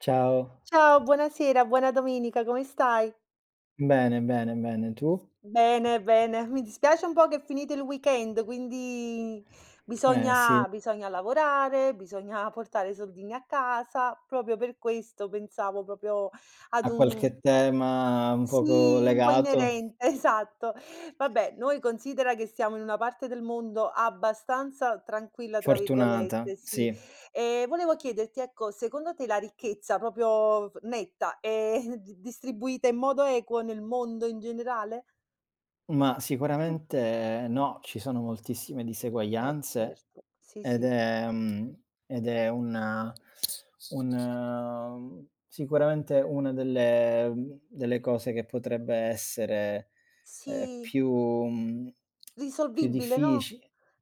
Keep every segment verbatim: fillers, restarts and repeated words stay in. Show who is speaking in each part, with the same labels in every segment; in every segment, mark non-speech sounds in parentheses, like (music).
Speaker 1: Ciao,
Speaker 2: Ciao, buonasera, buona domenica, come stai?
Speaker 1: bene, bene, bene, tu?
Speaker 2: Bene, bene. Mi dispiace un po' che è finito il weekend, quindi
Speaker 1: Eh sì,
Speaker 2: bisogna, bisogna lavorare, bisogna portare i soldini a casa. Proprio per questo pensavo proprio ad
Speaker 1: a
Speaker 2: un
Speaker 1: qualche tema un poco
Speaker 2: sì, un po'
Speaker 1: legato?
Speaker 2: inerente, (laughs) esatto. Vabbè, noi considera che siamo in una parte del mondo abbastanza "tranquilla", tra virgolette,
Speaker 1: Fortunata,
Speaker 2: sì.
Speaker 1: sì.
Speaker 2: Ehm, volevo chiederti, ecco, secondo te la ricchezza proprio f netta è (laughs) di distribuita in modo equo nel mondo in generale?
Speaker 1: Ma sicuramente eh, no, ci sono moltissime
Speaker 2: Eh,
Speaker 1: diseguaglianze
Speaker 2: certo. Sì,
Speaker 1: ed
Speaker 2: sì.
Speaker 1: è mhmm, ed è un un uhm, sicuramente una delle mhmm, delle cose che potrebbe essere, ehm,
Speaker 2: Sì,
Speaker 1: più mhmm, più
Speaker 2: risolvibile, no?
Speaker 1: diffici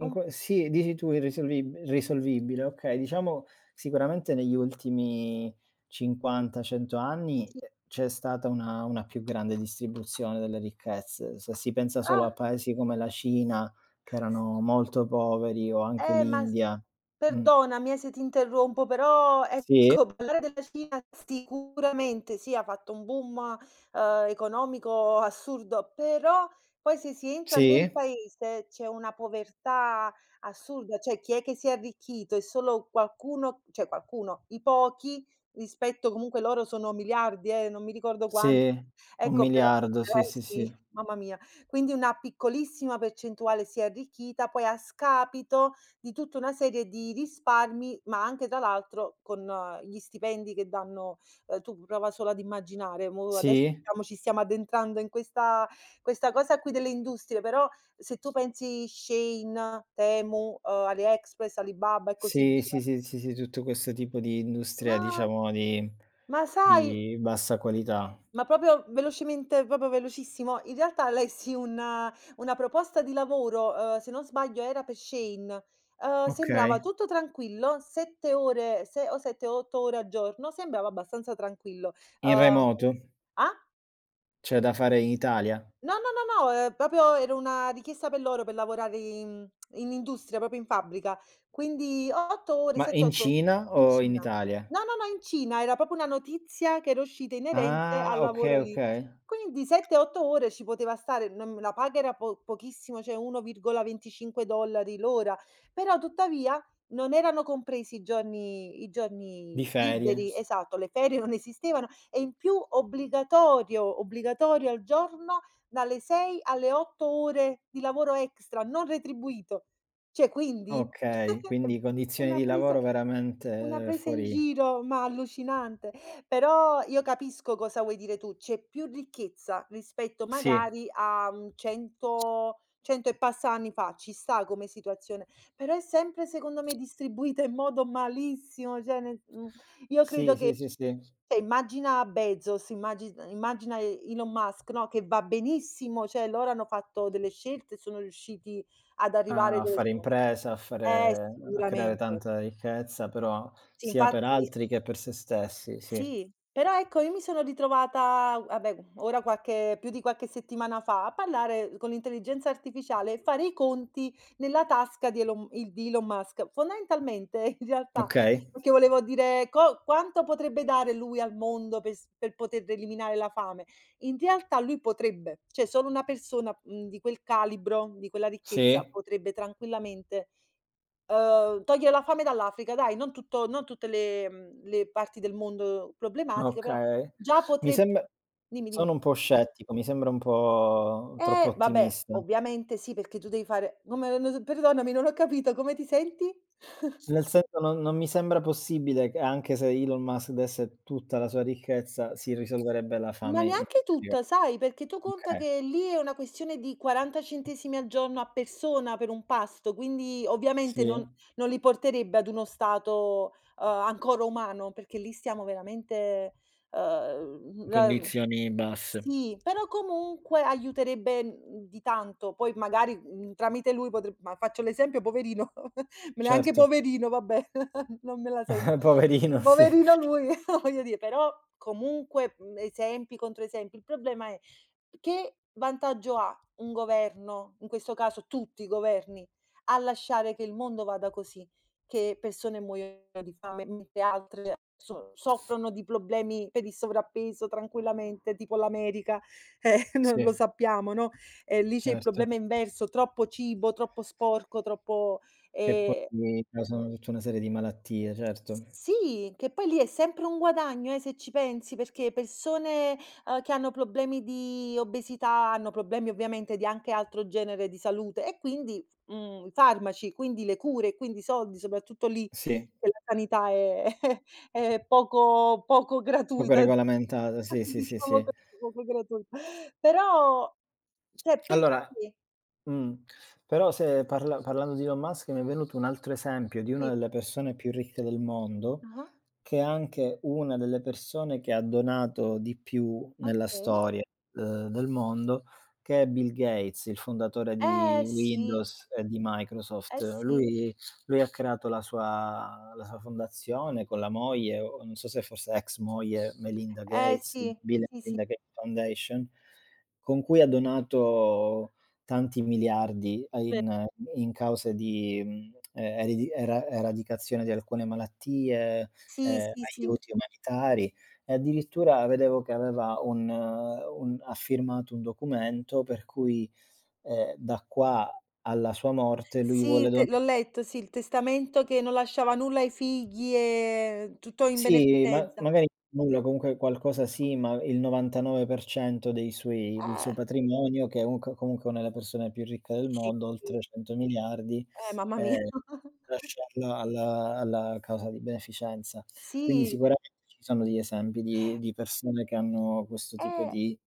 Speaker 1: in
Speaker 2: Un
Speaker 1: que sì, dici tu irrisolvib risolvibile, okay. Diciamo sicuramente negli ultimi cinquanta, cento anni,
Speaker 2: sì.
Speaker 1: ehm, c'è stata una una più grande distribuzione delle ricchezze. Se si pensa solo
Speaker 2: Ah!
Speaker 1: a paesi come la Cina, che
Speaker 2: S
Speaker 1: erano molto poveri, o anche
Speaker 2: eh, Ma
Speaker 1: l'India. Mh.
Speaker 2: perdonami, eh, se ti interrompo, però
Speaker 1: Sì,
Speaker 2: ecco, parlare della Cina sicuramente sì, ha fatto un boom, ehm, economico assurdo, però poi se si entra nel
Speaker 1: sì,
Speaker 2: paese c'è una povertà assurda, cioè chi è che si è arricchito? È solo qualcuno, cioè qualcuno, i pochi, rispetto comunque loro sono miliardi, eh, non mi ricordo quan
Speaker 1: sì,
Speaker 2: ecco. Però
Speaker 1: un miliardo.000.000, sì,
Speaker 2: eh
Speaker 1: sì,
Speaker 2: sì,
Speaker 1: sì.
Speaker 2: mamma mia. Quindi una piccolissima percentuale si è arricchita, poi a scapito di tutta una serie di risparmi, ma anche tra l'altro con eh, gli stipendi che danno, ehm, tu prova solo ad immaginare. Mo adesso
Speaker 1: Sì,
Speaker 2: diciamo ci stiamo addentrando in questa questa cosa qui delle industrie, però se tu pensi Shein, Temu, uhm, AliExpress, Alibaba e così
Speaker 1: sì,
Speaker 2: via,
Speaker 1: sì, sì, sì, sì, tutto questo tipo di
Speaker 2: ma
Speaker 1: industria, diciamo, di
Speaker 2: ma sai,
Speaker 1: di bassa qualità.
Speaker 2: ma proprio velocemente, proprio velocissimo. In realtà lessi una una proposta di lavoro, uhm, se non sbaglio era per Shein. Uhm, sembrava
Speaker 1: Okay.
Speaker 2: tutto tranquillo, sette ore se o sette o otto ore a giorno, sembrava abbastanza tranquillo.
Speaker 1: In
Speaker 2: Uhm
Speaker 1: remoto?
Speaker 2: ah?
Speaker 1: Cioè da fare in Italia?
Speaker 2: No, no, no, no, ehm, proprio era una richiesta per loro per lavorare in in industria, proprio in fabbrica. Quindi otto ore,
Speaker 1: Ma
Speaker 2: sette,
Speaker 1: in
Speaker 2: otto
Speaker 1: Cina
Speaker 2: in
Speaker 1: o in
Speaker 2: Cina.
Speaker 1: Italia?
Speaker 2: No, no, no, in Cina, era proprio una notizia che era uscita inerente al
Speaker 1: Ah,
Speaker 2: lavoro
Speaker 1: okay,
Speaker 2: lì.
Speaker 1: okay.
Speaker 2: Quindi sette, otto ore ci poteva stare. Non, la paga era po pochissimo, cioè uno virgola venticinque dollari l'ora, però tuttavia non erano compresi i giorni i
Speaker 1: Di
Speaker 2: giorni
Speaker 1: ferie.
Speaker 2: liberi,
Speaker 1: S
Speaker 2: esatto. Le ferie non esistevano e in più obbligatorio, obbligatorio al giorno dalle sei alle otto ore di lavoro extra non retribuito. Cioè, quindi
Speaker 1: Okay,
Speaker 2: (laughs)
Speaker 1: quindi condizioni
Speaker 2: una
Speaker 1: di
Speaker 2: presa
Speaker 1: lavoro
Speaker 2: una
Speaker 1: veramente
Speaker 2: presa in
Speaker 1: fuori.
Speaker 2: giro, ma allucinante. Però io capisco cosa vuoi dire tu: c'è più ricchezza rispetto
Speaker 1: Sì,
Speaker 2: magari a, mhmm, cento cento e passa anni fa, ci sta come situazione. Però è sempre secondo me distribuita in modo malissimo, cioè nel mhmm, io
Speaker 1: sì,
Speaker 2: credo che,
Speaker 1: sì, sì, sì,
Speaker 2: cioè, immagina Bezos, immagina immagina Elon Musk, no, che va benissimo. Cioè loro hanno fatto delle scelte e sono riusciti ad arrivare
Speaker 1: a
Speaker 2: dove
Speaker 1: fare
Speaker 2: sono.
Speaker 1: impresa, a
Speaker 2: Eh,
Speaker 1: fare a creare
Speaker 2: sicuramente.
Speaker 1: tanta ricchezza, però
Speaker 2: Sì,
Speaker 1: sia per
Speaker 2: infatti.
Speaker 1: altri che per se stessi, sì.
Speaker 2: Sì, però ecco, io mi sono ritrovata, vabbè ora qualche, più di qualche settimana fa, a parlare con l'intelligenza artificiale e fare i conti nella tasca di Elon il di Elon Musk. Fondamentalmente, in realtà,
Speaker 1: Okay,
Speaker 2: perché volevo dire co quanto potrebbe dare lui al mondo per s per poter eliminare la fame. In realtà lui potrebbe, cioè solo una persona, mhmm, di quel calibro, di quella ricchezza
Speaker 1: sì,
Speaker 2: potrebbe tranquillamente, Uhm, togliere la fame dall'Africa, dai, non tutto non tutte le, mhmm, le parti del mondo problematiche, però
Speaker 1: okay.
Speaker 2: già
Speaker 1: Mi
Speaker 2: potreb
Speaker 1: sembra
Speaker 2: dimmi,
Speaker 1: Sono
Speaker 2: dimmi.
Speaker 1: un po' scettico, mi sembra un po' troppo
Speaker 2: Eh, vabbè,
Speaker 1: ottimista.
Speaker 2: ovviamente sì, perché tu devi fare come, no, s perdonami, non ho capito, come ti senti? (laughs)
Speaker 1: Nel senso non non mi sembra possibile che anche se Elon Musk desse tutta la sua ricchezza, si risolverebbe la
Speaker 2: Ma
Speaker 1: fame in
Speaker 2: neanche
Speaker 1: Africa.
Speaker 2: tutta, sai, perché tu conta
Speaker 1: Okay.
Speaker 2: che lì è una questione di quaranta centesimi al giorno a persona per un pasto, quindi ovviamente non
Speaker 1: Sì.
Speaker 2: non li porterebbe ad uno stato, uhm, ancora umano, perché lì stiamo veramente, uhm, la...
Speaker 1: Condizioni basse.
Speaker 2: Sì, però comunque aiuterebbe, mhmm, di tanto. Poi magari, mhmm, tramite lui potre ma faccio l'esempio, poverino, (laughs) ma neanche
Speaker 1: Certo,
Speaker 2: poverino, vabbè, (laughs) non me la sento.
Speaker 1: (laughs) poverino sì,
Speaker 2: Poverino lui, (laughs) voglio dire. Però comunque, mhmm, esempi, controesempi. Il problema è: che vantaggio ha un governo, in questo caso tutti i governi, a lasciare che il mondo vada così, che persone muoiono di fame, mentre altre so soffrono di problemi per il sovrappeso tranquillamente, tipo l'America? eh, (laughs) non
Speaker 1: sì,
Speaker 2: lo sappiamo, no. Ehm, lì c'è il
Speaker 1: certo.
Speaker 2: problema inverso: troppo cibo, troppo sporco, troppo
Speaker 1: Che poi
Speaker 2: ehm
Speaker 1: gli causano tutta una serie di malattie, certo.
Speaker 2: sì, che poi lì è sempre un guadagno, eh, se ci pensi, perché persone, ehm, che hanno problemi di obesità hanno problemi ovviamente di anche altro genere di salute e quindi, mhmm, farmaci, quindi le cure, quindi i soldi, soprattutto lì
Speaker 1: Sì,
Speaker 2: che la sanità è (laughs) è poco poco
Speaker 1: poco
Speaker 2: gratuita,
Speaker 1: regolamentata,
Speaker 2: (laughs)
Speaker 1: sì, sì, sì,
Speaker 2: diciamo
Speaker 1: sì.
Speaker 2: così, poco gratuita. Però, cioè,
Speaker 1: Allora
Speaker 2: perché...
Speaker 1: mh, però se parla parlando di Elon Musk mi è venuto un altro esempio di una
Speaker 2: sì.
Speaker 1: delle persone più ricche del mondo.
Speaker 2: Ah-ah,
Speaker 1: Che è anche una delle persone che ha donato di più nella
Speaker 2: okay.
Speaker 1: storia, uhm, del mondo, che è Bill Gates, il fondatore
Speaker 2: Eh
Speaker 1: di
Speaker 2: sì,
Speaker 1: Windows e di Microsoft.
Speaker 2: eh sì,
Speaker 1: Lui lui ha creato la sua la sua fondazione con la moglie, o non so se fosse ex moglie, Melinda
Speaker 2: eh
Speaker 1: Gates,
Speaker 2: sì,
Speaker 1: Bill and
Speaker 2: sì, sì,
Speaker 1: Melinda Gates Foundation, con cui ha donato tanti miliardi a
Speaker 2: è ve
Speaker 1: in in cause di, mhmm, ehm, eredi era eradicazione di alcune malattie,
Speaker 2: sì,
Speaker 1: ehm,
Speaker 2: sì, sì.
Speaker 1: aiuti umanitari e addirittura vedevo che aveva un un ha firmato un documento per cui, ehm, da qua alla sua morte lui vuole
Speaker 2: Sì,
Speaker 1: don
Speaker 2: te l'ho letto, sì, il testamento che non lasciava nulla ai figli e tutto in
Speaker 1: sì, ma
Speaker 2: beneficenza.
Speaker 1: magari nulla, comunque qualcosa sì, ma il novantanove per cento dei suoi del suo
Speaker 2: Eh
Speaker 1: patrimonio, che è un co comunque una delle persone più ricche del
Speaker 2: sì,
Speaker 1: mondo, oltre cento miliardi.
Speaker 2: eh, mamma mia.
Speaker 1: ehm
Speaker 2: (laughs)
Speaker 1: Lasciarla alla alla causa di beneficenza. Quindi
Speaker 2: Sì,
Speaker 1: sicuramente ci sono degli esempi di di persone che hanno questo tipo
Speaker 2: eh
Speaker 1: di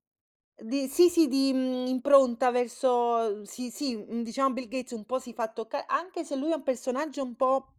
Speaker 2: di sì, sì, di, mhmm, impronta verso sì, sì. mhmm, diciamo Bill Gates un po' si fa tocca, anche se lui è un personaggio un po'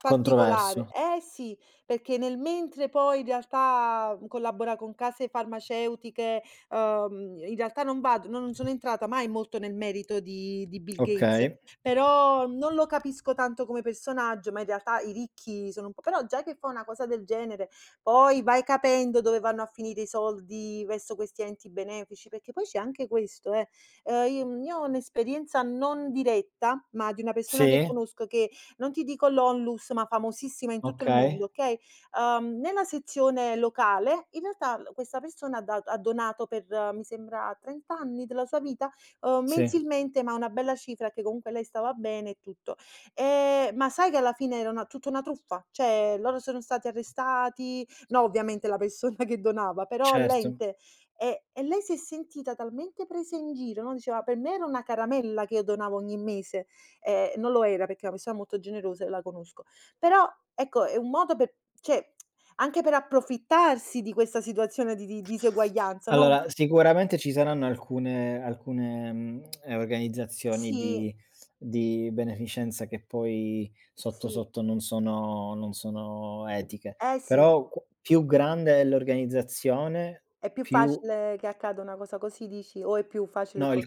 Speaker 2: particolare.
Speaker 1: controverso.
Speaker 2: Eh sì, perché nel mentre poi in realtà mh, collabora con case farmaceutiche. Uhm, in realtà non vado, no, non sono entrata mai molto nel merito di di Bill Gates,
Speaker 1: Okay.
Speaker 2: però non lo capisco tanto come personaggio. Ma in realtà i ricchi sono un po', però già che fa una cosa del genere, poi vai capendo dove vanno a finire i soldi verso questi enti benefici, perché poi c'è anche questo, eh. Ehm, io, mhmm, io ho un'esperienza non diretta, ma di una persona che
Speaker 1: Sì,
Speaker 2: conosco che, non ti dico l'Onlus, ma famosissima in tutto il mondo,
Speaker 1: okay.
Speaker 2: okay, uhm, nella sezione locale in realtà, l questa persona ha da ha donato per, eh, mi sembra trenta anni della sua vita, uhm,
Speaker 1: Sì,
Speaker 2: mensilmente, ma una bella cifra che comunque lei stava bene e tutto. Ehm, ma sai che alla fine era una tutta una truffa, cioè loro sono stati arrestati. No, ovviamente la persona che donava, però
Speaker 1: certo.
Speaker 2: l'ente. E e lei si è sentita talmente presa in giro, no, diceva: "Per me era una caramella che io donavo ogni mese". Ehm, non lo era, perché è una persona molto generosa e la conosco. Però, ecco, è un modo per, cioè, anche per approfittarsi di questa situazione di di diseguaglianza, no?
Speaker 1: Allora, sicuramente ci saranno alcune alcune, mhmm, ehm, organizzazioni
Speaker 2: Sì,
Speaker 1: di di beneficenza che poi sotto,
Speaker 2: sì,
Speaker 1: sotto non sono non sono etiche,
Speaker 2: eh sì.
Speaker 1: però qu più grande è l'organizzazione.
Speaker 2: È più
Speaker 1: Più
Speaker 2: facile che accada una cosa così, dici, o è più facile
Speaker 1: No,
Speaker 2: co
Speaker 1: il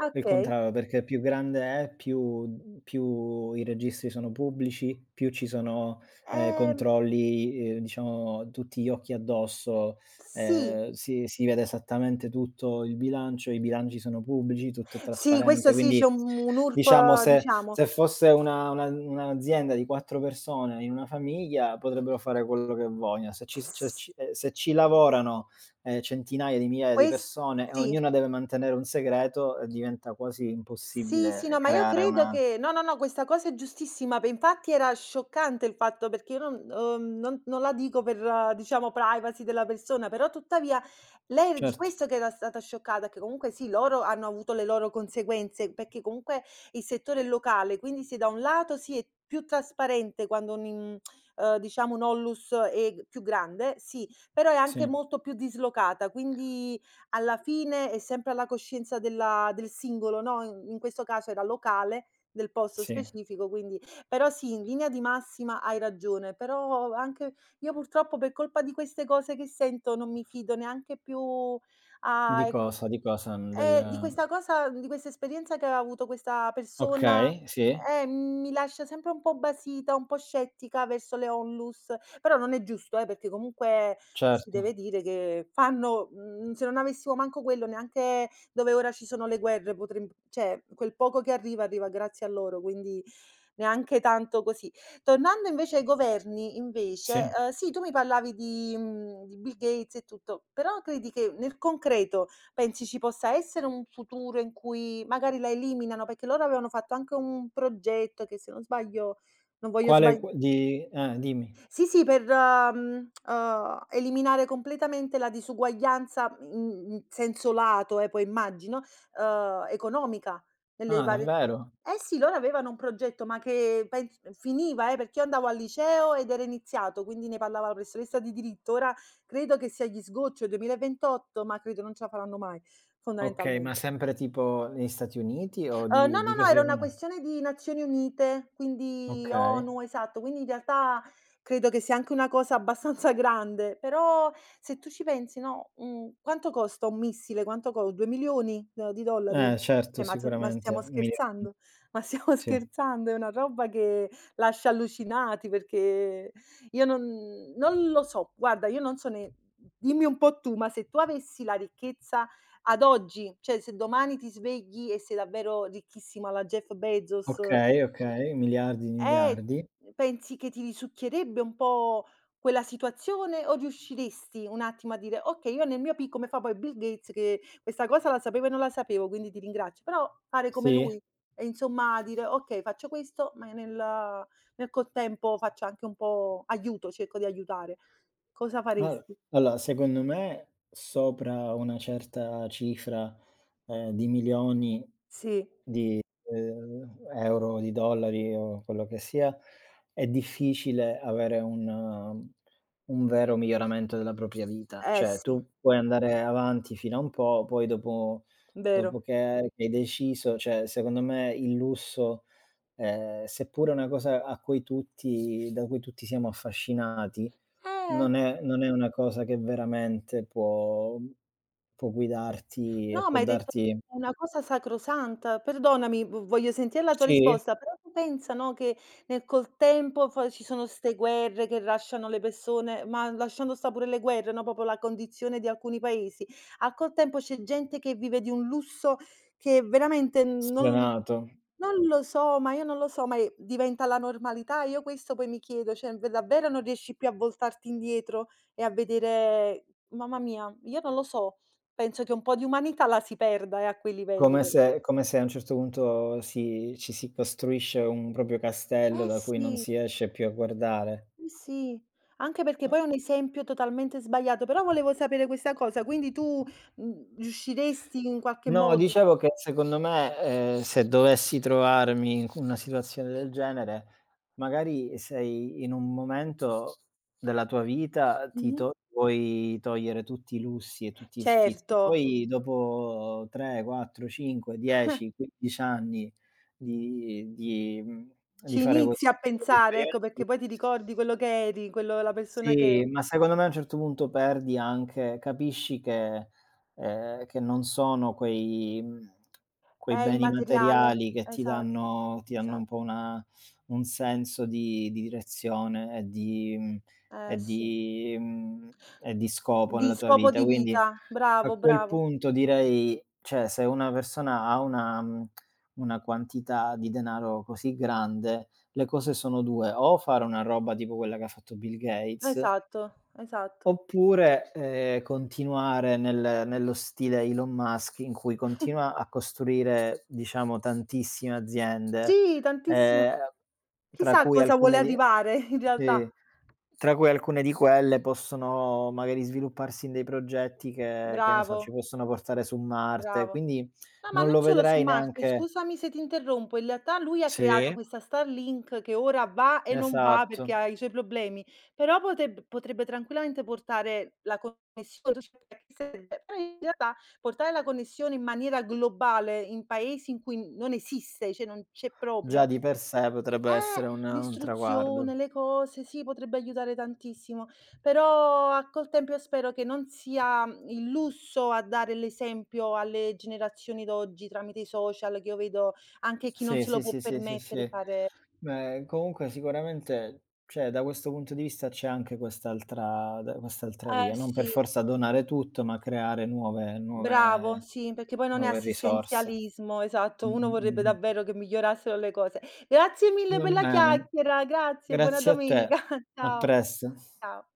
Speaker 2: ah
Speaker 1: il
Speaker 2: okay.
Speaker 1: contrario, perché più grande è, più più i registri sono pubblici, più ci sono, ehm,
Speaker 2: Ehm,
Speaker 1: controlli, ehm, diciamo tutti gli occhi addosso,
Speaker 2: sì.
Speaker 1: ehm, si si vede esattamente tutto il bilancio, i bilanci sono pubblici, tutto è
Speaker 2: Sì, questo
Speaker 1: trasparente.
Speaker 2: sì, c'è
Speaker 1: Quindi
Speaker 2: un un
Speaker 1: diciamo
Speaker 2: urp
Speaker 1: se
Speaker 2: diciamo,
Speaker 1: se fosse una una un'azienda di quattro persone in una famiglia potrebbero fare quello che vogliono. Se ci s ce
Speaker 2: s
Speaker 1: ci ehm, Se ci lavorano ehm, centinaia di migliaia di
Speaker 2: questo
Speaker 1: persone e
Speaker 2: sì.
Speaker 1: ognuna deve mantenere un segreto, eh, diventa quasi
Speaker 2: Sì, sì,
Speaker 1: impossibile
Speaker 2: no, ma io
Speaker 1: creare
Speaker 2: credo
Speaker 1: una
Speaker 2: che, no, no, no, questa cosa è giustissima. Pe Infatti era scioccante il fatto, perché io non, uhm, non non la dico per, eh, diciamo, privacy della persona, però tuttavia lei è di
Speaker 1: certo,
Speaker 2: questo che era stata scioccata, che comunque sì, loro hanno avuto le loro conseguenze, perché comunque il settore è locale. Quindi se da un lato sì, è più trasparente quando un in uhm, diciamo un ollus è più grande, sì, però è anche
Speaker 1: sì,
Speaker 2: molto più dislocata, quindi alla fine è sempre alla coscienza della del singolo, no. In, in questo caso era locale, del posto
Speaker 1: sì.
Speaker 2: specifico. Quindi però sì, in linea di massima hai ragione, però anche io, purtroppo, per colpa di queste cose che sento, non mi fido neanche più, a
Speaker 1: Di
Speaker 2: ecco,
Speaker 1: cosa di cosa? Mhmm, del
Speaker 2: eh, di questa cosa, di questa esperienza che aveva avuto questa persona.
Speaker 1: Okay, sì,
Speaker 2: Eh, mi lascia sempre un po' basita, un po' scettica verso le onlus, però non è giusto, eh, perché comunque si deve
Speaker 1: certo,
Speaker 2: dire che fanno, mhmm, se non avessimo manco quello, neanche dove ora ci sono le guerre potrem cioè, quel poco che arriva, arriva grazie a loro. Quindi neanche tanto così. Tornando invece ai governi, invece,
Speaker 1: sì.
Speaker 2: uhm, sì, tu mi parlavi di, mhmm, di Bill Gates e tutto, però credi che nel concreto... Pensi ci possa essere un futuro in cui magari la eliminano? Perché loro avevano fatto anche un progetto che, se non sbaglio, non voglio
Speaker 1: Quale
Speaker 2: sbagl
Speaker 1: qu di eh, dimmi.
Speaker 2: sì, sì, per, mhmm, uhm, eliminare completamente la disuguaglianza in in senso lato, eh, poi immagino, uhm, economica, nelle
Speaker 1: Ah,
Speaker 2: varie...
Speaker 1: davvero?
Speaker 2: Eh sì, loro avevano un progetto, ma che pens finiva, eh, perché io andavo al liceo ed era iniziato, quindi ne parlava la professoressa di diritto. Ora credo che sia agli sgoccioli, duemilaventotto, ma credo non ce la faranno mai,
Speaker 1: Okay, ma
Speaker 2: fondamentalmente.
Speaker 1: sempre tipo negli Stati Uniti o
Speaker 2: Uhm, no,
Speaker 1: di
Speaker 2: no,
Speaker 1: di
Speaker 2: no,
Speaker 1: cosa
Speaker 2: era una
Speaker 1: (unintelligible)
Speaker 2: questione di Nazioni Unite, quindi
Speaker 1: Okay.
Speaker 2: ONU, esatto, quindi in realtà credo che sia anche una cosa abbastanza grande. Però se tu ci pensi, no, mhmm, quanto costa un missile? Quanto co due milioni d di dollari?
Speaker 1: Eh, certo,
Speaker 2: Cioè, ma t ma
Speaker 1: sicuramente,
Speaker 2: stiamo
Speaker 1: miliardi,
Speaker 2: scherzando? (laughs) Ma stiamo
Speaker 1: sì.
Speaker 2: scherzando? È una roba che lascia allucinati, perché io non non lo so. Guarda, io non so, ne dimmi un po' tu, ma se tu avessi la ricchezza ad oggi, cioè se domani ti svegli e sei davvero ricchissima alla Jeff Bezos,
Speaker 1: Okay, okay, miliardi di
Speaker 2: eh,
Speaker 1: miliardi.
Speaker 2: pensi che ti risucchierebbe un po' quella situazione, o riusciresti un attimo a dire: "Okay, io nel mio pic", come fa poi Bill Gates, che questa cosa la sapevo e non la sapevo, quindi ti ringrazio, però fare come
Speaker 1: Sì.
Speaker 2: lui e, insomma, dire: "Okay, faccio questo, ma nel nel contempo faccio anche un po' aiuto, cerco di aiutare." Cosa
Speaker 1: Al
Speaker 2: faresti?
Speaker 1: Allora secondo me sopra una certa cifra, ehm, di milioni
Speaker 2: Sì,
Speaker 1: di, ehm, euro, di dollari o quello che sia, è difficile avere un um, un vero miglioramento della propria vita.
Speaker 2: eh
Speaker 1: Cioè
Speaker 2: sì,
Speaker 1: tu puoi andare avanti fino a un po', poi dopo
Speaker 2: vero.
Speaker 1: dopo che che hai deciso cioè secondo me il lusso, ehm, seppure è una cosa a cui tutti da cui tutti siamo affascinati,
Speaker 2: Eh.
Speaker 1: non è non è una cosa che veramente può può guidarti e
Speaker 2: No, ma
Speaker 1: può
Speaker 2: hai detto
Speaker 1: darti
Speaker 2: una cosa sacrosanta. Perdonami, v voglio sentire la tua
Speaker 1: sì?
Speaker 2: risposta, però tu pensa, no, che nel col tempo poi ci sono 'ste guerre che lasciano le persone, ma lasciando sta pure le guerre, no, proprio la condizione di alcuni paesi, al col tempo c'è gente che vive di un lusso che veramente non
Speaker 1: Sfrenato.
Speaker 2: non lo so, ma io non lo so. Ma, ehm, diventa la normalità? Io questo poi mi chiedo, cioè, v davvero non riesci più a voltarti indietro e a vedere... mamma mia, io non lo so. Penso che un po' di umanità la si perda, eh, a quei livelli,
Speaker 1: Come
Speaker 2: perché...
Speaker 1: se come se a un certo punto si ci si costruisce un proprio castello
Speaker 2: Eh
Speaker 1: da cui non
Speaker 2: sì,
Speaker 1: si esce più a guardare.
Speaker 2: sì, sì. Anche perché poi è un esempio totalmente sbagliato, però volevo sapere questa cosa, quindi tu, mhmm, riusciresti in qualche
Speaker 1: No,
Speaker 2: modo...
Speaker 1: dicevo che secondo me, ehm, se dovessi trovarmi in c una situazione del genere, magari sei in un momento della tua vita, ti
Speaker 2: Mh-mh.
Speaker 1: to vuoi togliere tutti i lussi e tutti gli sfizi,
Speaker 2: Certo,
Speaker 1: poi dopo tre, quattro, cinque, dieci, quindici anni di di mhmm, di
Speaker 2: ci
Speaker 1: fare
Speaker 2: inizi a
Speaker 1: questo tipo di
Speaker 2: pensare, ecco,
Speaker 1: esperienze
Speaker 2: perché poi ti ricordi quello che eri, quello, la persona che
Speaker 1: sì,
Speaker 2: eri.
Speaker 1: ma secondo me a un certo punto perdi anche capisci che ehm, che non sono quei mhmm,
Speaker 2: È
Speaker 1: quei
Speaker 2: il
Speaker 1: beni
Speaker 2: materiale,
Speaker 1: materiali che ti
Speaker 2: esatto,
Speaker 1: danno ti danno un po'
Speaker 2: esatto,
Speaker 1: una un senso di di direzione e di mhmm,
Speaker 2: eh
Speaker 1: e
Speaker 2: sì.
Speaker 1: di mhmm, e di scopo
Speaker 2: Di
Speaker 1: nella tua
Speaker 2: scopo
Speaker 1: vita.
Speaker 2: di
Speaker 1: Quindi
Speaker 2: vita,
Speaker 1: a
Speaker 2: bravo,
Speaker 1: quel
Speaker 2: bravo.
Speaker 1: punto direi cioè se una persona ha una mhmm, una quantità di denaro così grande, le cose sono due: o fare una roba tipo quella che ha fatto Bill Gates.
Speaker 2: Esatto, esatto.
Speaker 1: Oppure, ehm, continuare nel nello stile Elon Musk in cui continua a costruire, diciamo, tantissime aziende,
Speaker 2: Sì, tantissimo.
Speaker 1: ehm, tra
Speaker 2: Chissà a
Speaker 1: cui
Speaker 2: cosa vuole
Speaker 1: alcune di
Speaker 2: arrivare in realtà.
Speaker 1: sì, tra cui alcune di quelle possono magari svilupparsi in dei progetti che che ne so, ci
Speaker 2: Bravo,
Speaker 1: possono portare su Marte,
Speaker 2: bravo.
Speaker 1: quindi
Speaker 2: No, ma
Speaker 1: non
Speaker 2: non
Speaker 1: lo
Speaker 2: solo su
Speaker 1: vedrei
Speaker 2: Marte,
Speaker 1: neanche
Speaker 2: scusami se ti interrompo, in realtà lui ha creato
Speaker 1: sì,
Speaker 2: questa Starlink che ora va e non va perché
Speaker 1: esatto.
Speaker 2: ha i suoi problemi, però poteb potrebbe tranquillamente portare la connessione, cioè, a chi serve? Però in realtà portare la connessione in maniera globale, in paesi in cui non esiste, cioè non c'è proprio,
Speaker 1: Già di per sé potrebbe essere
Speaker 2: eh,
Speaker 1: un un traguardo.
Speaker 2: l'istruzione, le cose, sì, potrebbe aiutare tantissimo. Però a col tempo io spero che non sia, mhmm, il lusso a dare l'esempio alle generazioni d'oggi tramite i social, che io vedo anche chi non
Speaker 1: Sì,
Speaker 2: se lo
Speaker 1: sì,
Speaker 2: può
Speaker 1: sì, sì, sì,
Speaker 2: permettere
Speaker 1: sì.
Speaker 2: fare.
Speaker 1: Beh, comunque sicuramente, cioè da questo punto di vista c'è anche quest'altra da quest'altra
Speaker 2: Eh
Speaker 1: via, non per
Speaker 2: sì,
Speaker 1: forza donare tutto, ma creare nuove
Speaker 2: bravo,
Speaker 1: nuove
Speaker 2: sì, perché poi non è
Speaker 1: nuove risorse.
Speaker 2: assistenzialismo, esatto,
Speaker 1: Mh,
Speaker 2: uno
Speaker 1: mh,
Speaker 2: vorrebbe
Speaker 1: mh, mh.
Speaker 2: davvero che migliorassero le cose. Grazie mille
Speaker 1: Va
Speaker 2: per la
Speaker 1: bene,
Speaker 2: chiacchiera, grazie, buona
Speaker 1: grazie a te.
Speaker 2: domenica. (laughs)
Speaker 1: A
Speaker 2: Ciao,
Speaker 1: presto.
Speaker 2: ciao.